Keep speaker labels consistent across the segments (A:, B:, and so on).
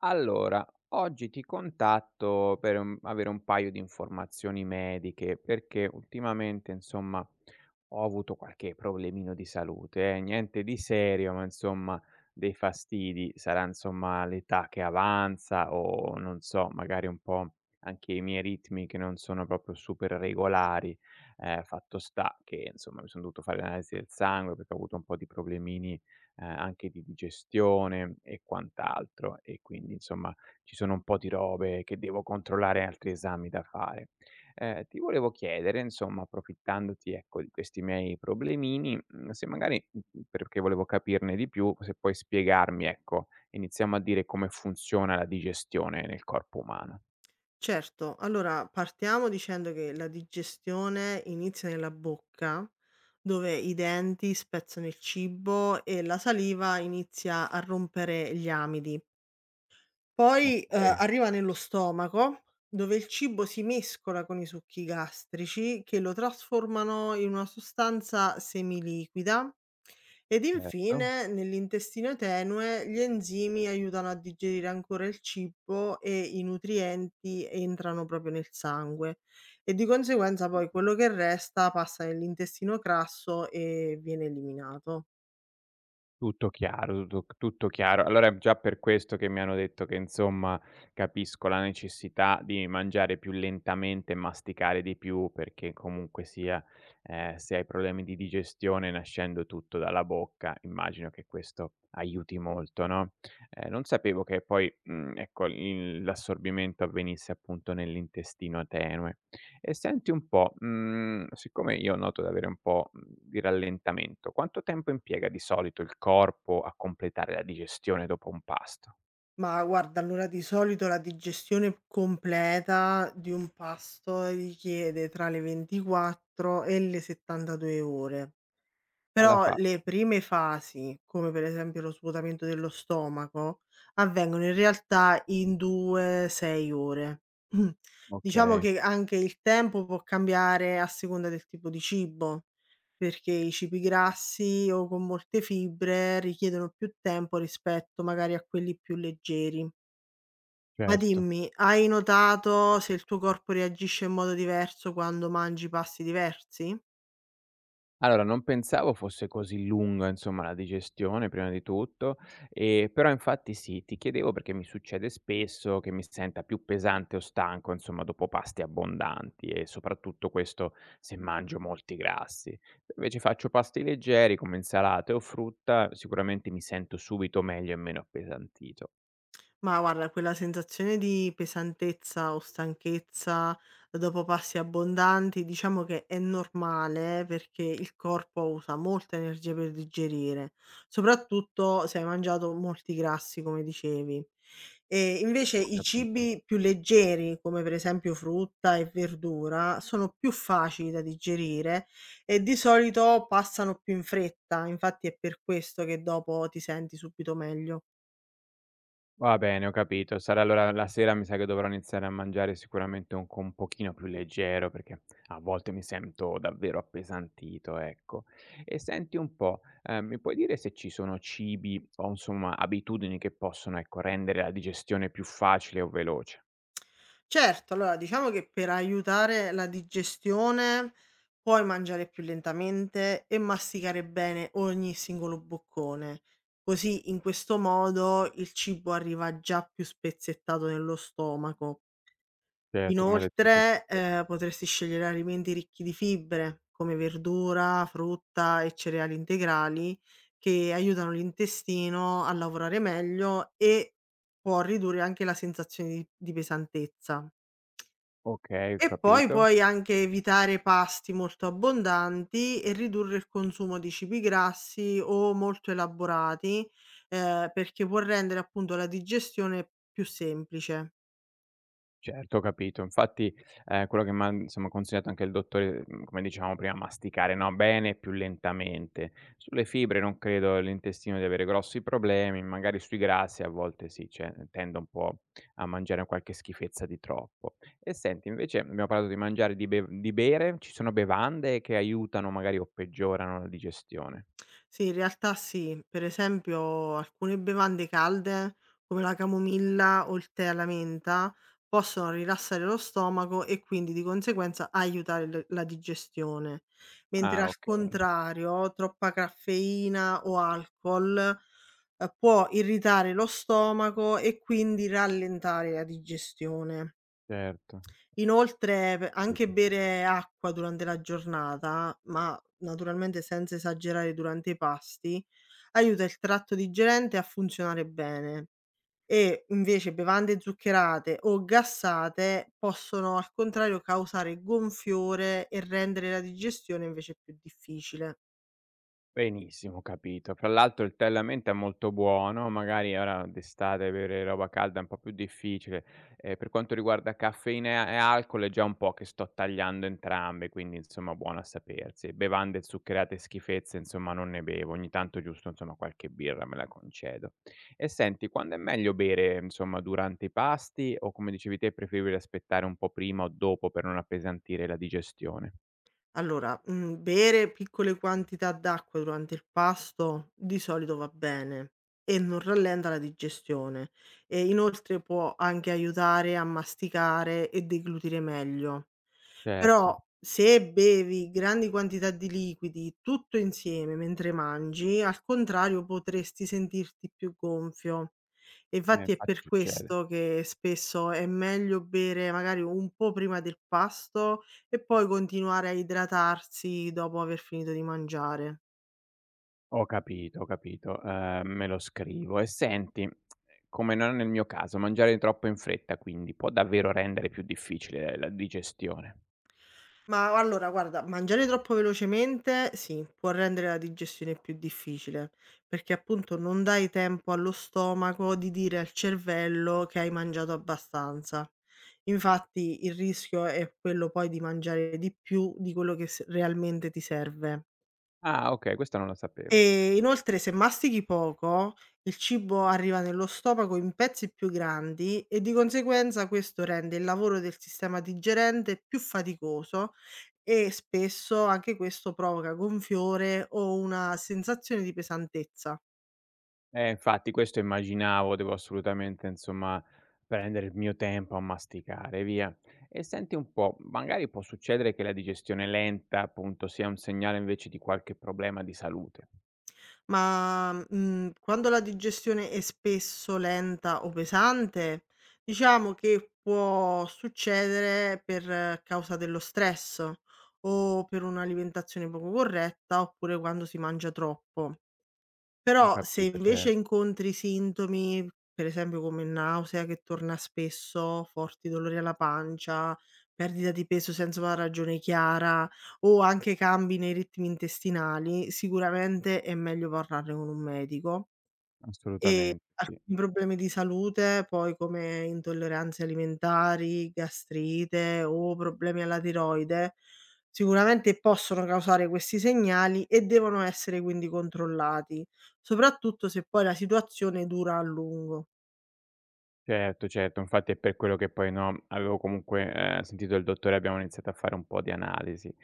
A: Allora, oggi ti contatto per avere un paio di informazioni mediche, perché ultimamente, insomma, ho avuto qualche problemino di salute, niente di serio, ma insomma, dei fastidi. Sarà insomma l'età che avanza o non so, magari un po' anche i miei ritmi che non sono proprio super regolari. Fatto sta che, insomma, mi sono dovuto fare l'analisi del sangue perché ho avuto un po' di problemini anche di digestione e quant'altro. E quindi insomma ci sono un po' di robe che devo controllare, altri esami da fare. Ti volevo chiedere insomma, approfittandoti ecco di questi miei problemini, se magari perché volevo capirne di più, se puoi spiegarmi ecco, iniziamo a dire come funziona la digestione nel corpo umano.
B: Certo, allora partiamo dicendo che la digestione inizia nella bocca, dove i denti spezzano il cibo e la saliva inizia a rompere gli amidi. Poi
A: Okay,
B: arriva nello stomaco, dove il cibo si mescola con i succhi gastrici che lo trasformano in una sostanza semiliquida ed
A: certo.
B: infine, nell'intestino tenue, gli enzimi aiutano a digerire ancora il cibo e i nutrienti entrano proprio nel sangue e di conseguenza poi quello che resta passa nell'intestino grasso e viene eliminato.
A: Tutto chiaro, tutto chiaro. Allora è già per questo che mi hanno detto che, insomma, capisco la necessità di mangiare più lentamente e masticare di più perché comunque sia, se hai problemi di digestione nascendo tutto dalla bocca, immagino che questo aiuti molto, no, non sapevo che poi, ecco, il l'assorbimento avvenisse appunto nell'intestino tenue. E senti un po', siccome io noto di avere un po', di rallentamento, quanto tempo impiega di solito il corpo a completare la digestione dopo un pasto?
B: Ma guarda, allora di solito la digestione completa di un pasto richiede tra le 24 e le 72 ore.
A: Alla
B: Però le
A: faccia.
B: prime fasi, come per esempio lo svuotamento dello stomaco, avvengono in realtà in 2, 6 ore. Mm. Diciamo
A: Okay,
B: che anche il tempo può cambiare a seconda del tipo di cibo, perché i cibi grassi o con molte fibre richiedono più tempo rispetto magari a quelli più leggeri. Ma
A: certo.
B: dimmi, hai notato se il tuo corpo reagisce in modo diverso quando mangi pasti diversi?
A: Allora, non pensavo fosse così lunga, insomma, la digestione prima di tutto, però infatti sì, ti chiedevo perché mi succede spesso che mi senta più pesante o stanco, insomma, dopo pasti abbondanti e soprattutto questo se mangio molti grassi. Se invece faccio pasti leggeri come insalate o frutta, sicuramente mi sento subito meglio e meno appesantito.
B: Ma guarda, quella sensazione di pesantezza o stanchezza dopo pasti abbondanti, diciamo che è normale perché il corpo usa molta energia per digerire, soprattutto se hai mangiato molti grassi, come dicevi. E invece
A: Ho
B: i
A: capito.
B: cibi più leggeri, come per esempio frutta e verdura, sono più facili da digerire e di solito passano più in fretta, infatti è per questo che dopo ti senti subito meglio.
A: Va bene, ho capito. Sarà allora la sera mi sa che dovrò iniziare a mangiare sicuramente un pochino più leggero, perché a volte mi sento davvero appesantito, ecco. E senti un po', mi puoi dire se ci sono cibi o insomma abitudini che possono, ecco, rendere la digestione più facile o veloce?
B: Certo, allora diciamo che per aiutare la digestione puoi mangiare più lentamente e masticare bene ogni singolo boccone. Così in questo modo il cibo arriva già più spezzettato nello stomaco.
A: Certo, come hai detto tu.
B: Inoltre, potresti scegliere alimenti ricchi di fibre, come verdura, frutta e cereali integrali, che aiutano l'intestino a lavorare meglio e può ridurre anche la sensazione di pesantezza.
A: Okay, ho
B: E poi
A: capito.
B: puoi anche evitare pasti molto abbondanti e ridurre il consumo di cibi grassi o molto elaborati, perché può rendere appunto la digestione più semplice.
A: Certo, ho capito. Infatti, quello che m'ha, insomma, consigliato anche il dottore, come dicevamo prima, masticare, no, bene e più lentamente. Sulle fibre non credo l'intestino di avere grossi problemi, magari sui grassi a volte sì, cioè tendo un po' a mangiare qualche schifezza di troppo. E senti, invece abbiamo parlato di mangiare, e di bere, ci sono bevande che aiutano magari o peggiorano la digestione?
B: Sì, in realtà sì. Per esempio alcune bevande calde, come la camomilla o il tè alla menta, possono rilassare lo stomaco e quindi di conseguenza aiutare l la digestione, mentre
A: Ah
B: al
A: okay,
B: contrario troppa caffeina o alcol, può irritare lo stomaco e quindi rallentare la digestione.
A: certo.
B: Inoltre p anche bere acqua durante la giornata, ma naturalmente senza esagerare durante i pasti, aiuta il tratto digerente a funzionare bene e invece bevande zuccherate o gassate possono al contrario causare gonfiore e rendere la digestione invece più difficile.
A: Benissimo, capito. Fra l'altro il tè alla menta è molto buono, magari ora d'estate bere roba calda è un po' più difficile. Per quanto riguarda caffeina e alcol è già un po' che sto tagliando entrambe, quindi insomma buono a sapersi. Bevande zuccherate e schifezze insomma non ne bevo, ogni tanto giusto insomma qualche birra me la concedo. E senti, quando è meglio bere insomma durante i pasti o come dicevi te è preferibile aspettare un po' prima o dopo per non appesantire la digestione?
B: Allora, bere piccole quantità d'acqua durante il pasto di solito va bene e non rallenta la digestione e inoltre può anche aiutare a masticare e deglutire meglio.
A: Certo,
B: Però se bevi grandi quantità di liquidi tutto insieme mentre mangi, al contrario potresti sentirti più gonfio. E
A: eh
B: infatti è
A: infatti
B: per
A: succede.
B: questo che spesso è meglio bere magari un po' prima del pasto e poi continuare a idratarsi dopo aver finito di mangiare.
A: Ho capito, me lo scrivo. E senti, come non nel mio caso, mangiare troppo in fretta quindi può davvero rendere più difficile la digestione.
B: Ma allora guarda, mangiare troppo velocemente sì, può rendere la digestione più difficile, perché appunto non dai tempo allo stomaco di dire al cervello che hai mangiato abbastanza. Infatti il rischio è quello poi di mangiare di più di quello che s realmente ti serve.
A: Ah, okay, questa non la sapevo.
B: E inoltre se mastichi poco, il cibo arriva nello stomaco in pezzi più grandi e di conseguenza questo rende il lavoro del sistema digerente più faticoso e spesso anche questo provoca gonfiore o una sensazione di pesantezza.
A: Infatti questo immaginavo, devo assolutamente insomma prendere il mio tempo a masticare, via. E senti un po', magari può succedere che la digestione lenta, appunto, sia un segnale invece di qualche problema di salute.
B: Quando la digestione è spesso lenta o pesante, diciamo che può succedere per causa dello stress o per un'alimentazione poco corretta, oppure quando si mangia troppo.
A: Ho
B: Però se
A: capito,
B: invece
A: cer
B: incontri sintomi, per esempio come nausea che torna spesso, forti dolori alla pancia, perdita di peso senza una ragione chiara o anche cambi nei ritmi intestinali, sicuramente è meglio parlarne con un medico. E
A: assolutamente, sì.
B: alcuni problemi di salute, poi come intolleranze alimentari, gastrite o problemi alla tiroide, sicuramente possono causare questi segnali e devono essere quindi controllati, soprattutto se poi la situazione dura a lungo.
A: Certo, certo, infatti è per quello che poi, no, avevo comunque, sentito il dottore, abbiamo iniziato a fare un po' di analisi.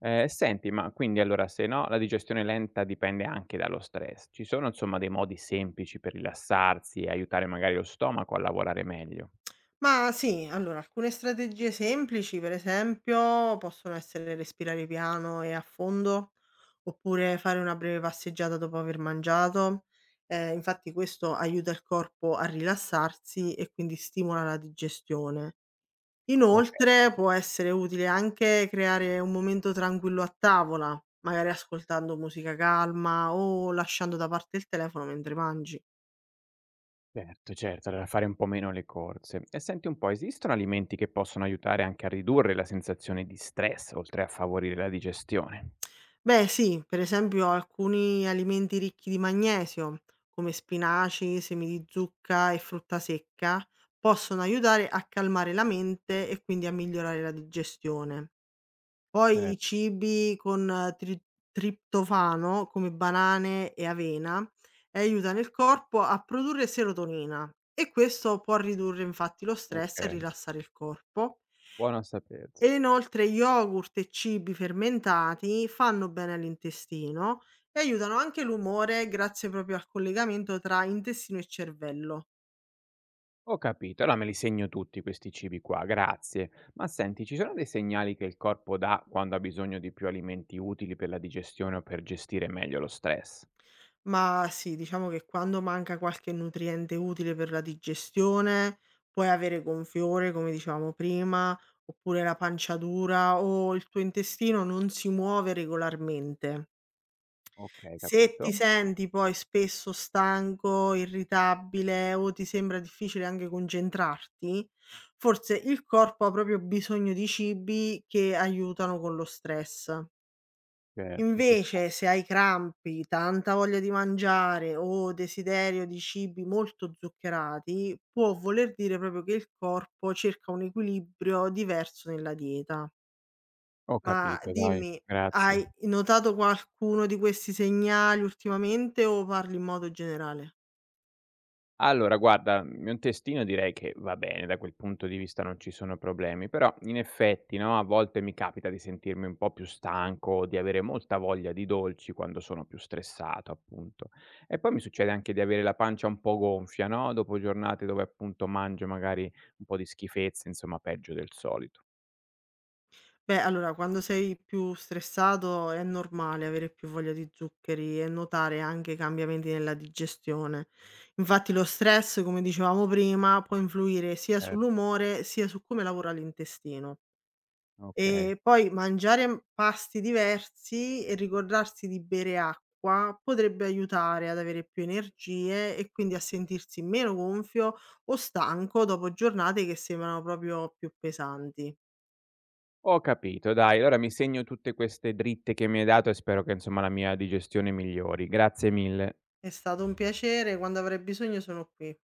A: Senti, ma quindi allora se, no, la digestione lenta dipende anche dallo stress, ci sono insomma dei modi semplici per rilassarsi e aiutare magari lo stomaco a lavorare meglio?
B: Ma sì, allora alcune strategie semplici, per esempio, possono essere respirare piano e a fondo, oppure fare una breve passeggiata dopo aver mangiato. Infatti questo aiuta il corpo a rilassarsi e quindi stimola la digestione.
A: Okay,
B: Inoltre
A: capi
B: può essere utile anche creare un momento tranquillo a tavola, magari ascoltando musica calma o lasciando da parte il telefono mentre mangi.
A: Certo, certo, allora fare un po' meno le corse. E senti un po', esistono alimenti che possono aiutare anche a ridurre la sensazione di stress, oltre a favorire la digestione?
B: Beh sì, per esempio alcuni alimenti ricchi di magnesio, come spinaci, semi di zucca e frutta secca, possono aiutare a calmare la mente e quindi a migliorare la digestione. Poi i
A: Certo,
B: cibi con triptofano, come banane e avena, aiutano il corpo a produrre serotonina e questo può ridurre infatti lo stress e
A: okay,
B: rilassare il corpo.
A: buono a
B: E
A: sapersi.
B: inoltre yogurt e cibi fermentati fanno bene all'intestino e aiutano anche l'umore grazie proprio al collegamento tra intestino e cervello.
A: Ho capito, allora me li segno tutti questi cibi qua, grazie. Ma senti, ci sono dei segnali che il corpo dà quando ha bisogno di più alimenti utili per la digestione o per gestire meglio lo stress?
B: Ma sì, diciamo che quando manca qualche nutriente utile per la digestione, puoi avere gonfiore, come dicevamo prima, oppure la pancia dura o il tuo intestino non si muove regolarmente.
A: Ok,
B: Se ti
A: capito.
B: senti poi spesso stanco, irritabile o ti sembra difficile anche concentrarti, forse il corpo ha proprio bisogno di cibi che aiutano con lo stress.
A: Certo, ci sta.
B: Invece, se hai crampi, tanta voglia di mangiare o desiderio di cibi molto zuccherati, può voler dire proprio che il corpo cerca un equilibrio diverso nella dieta.
A: Ho
B: Ma
A: capito, dai,
B: dimmi, hai
A: grazie.
B: notato qualcuno di questi segnali ultimamente o parli in modo generale?
A: Allora guarda, un testino direi che va bene, da quel punto di vista non ci sono problemi, però in effetti, no, a volte mi capita di sentirmi un po' più stanco o di avere molta voglia di dolci quando sono più stressato, appunto. E poi mi succede anche di avere la pancia un po' gonfia, no, dopo giornate dove appunto mangio magari un po' di schifezze, insomma peggio del solito.
B: Beh, allora, quando sei più stressato è normale avere più voglia di zuccheri e notare anche cambiamenti nella digestione. Infatti lo stress, come dicevamo prima, può influire sia
A: Cer
B: sull'umore sia su come lavora l'intestino.
A: okay.
B: E poi mangiare pasti diversi e ricordarsi di bere acqua potrebbe aiutare ad avere più energie e quindi a sentirsi meno gonfio o stanco dopo giornate che sembrano proprio più pesanti.
A: Ho capito dai, allora mi segno tutte queste dritte che mi hai dato e spero che insomma la mia digestione migliori. Grazie mille.
B: È stato un piacere, quando avrai bisogno sono qui.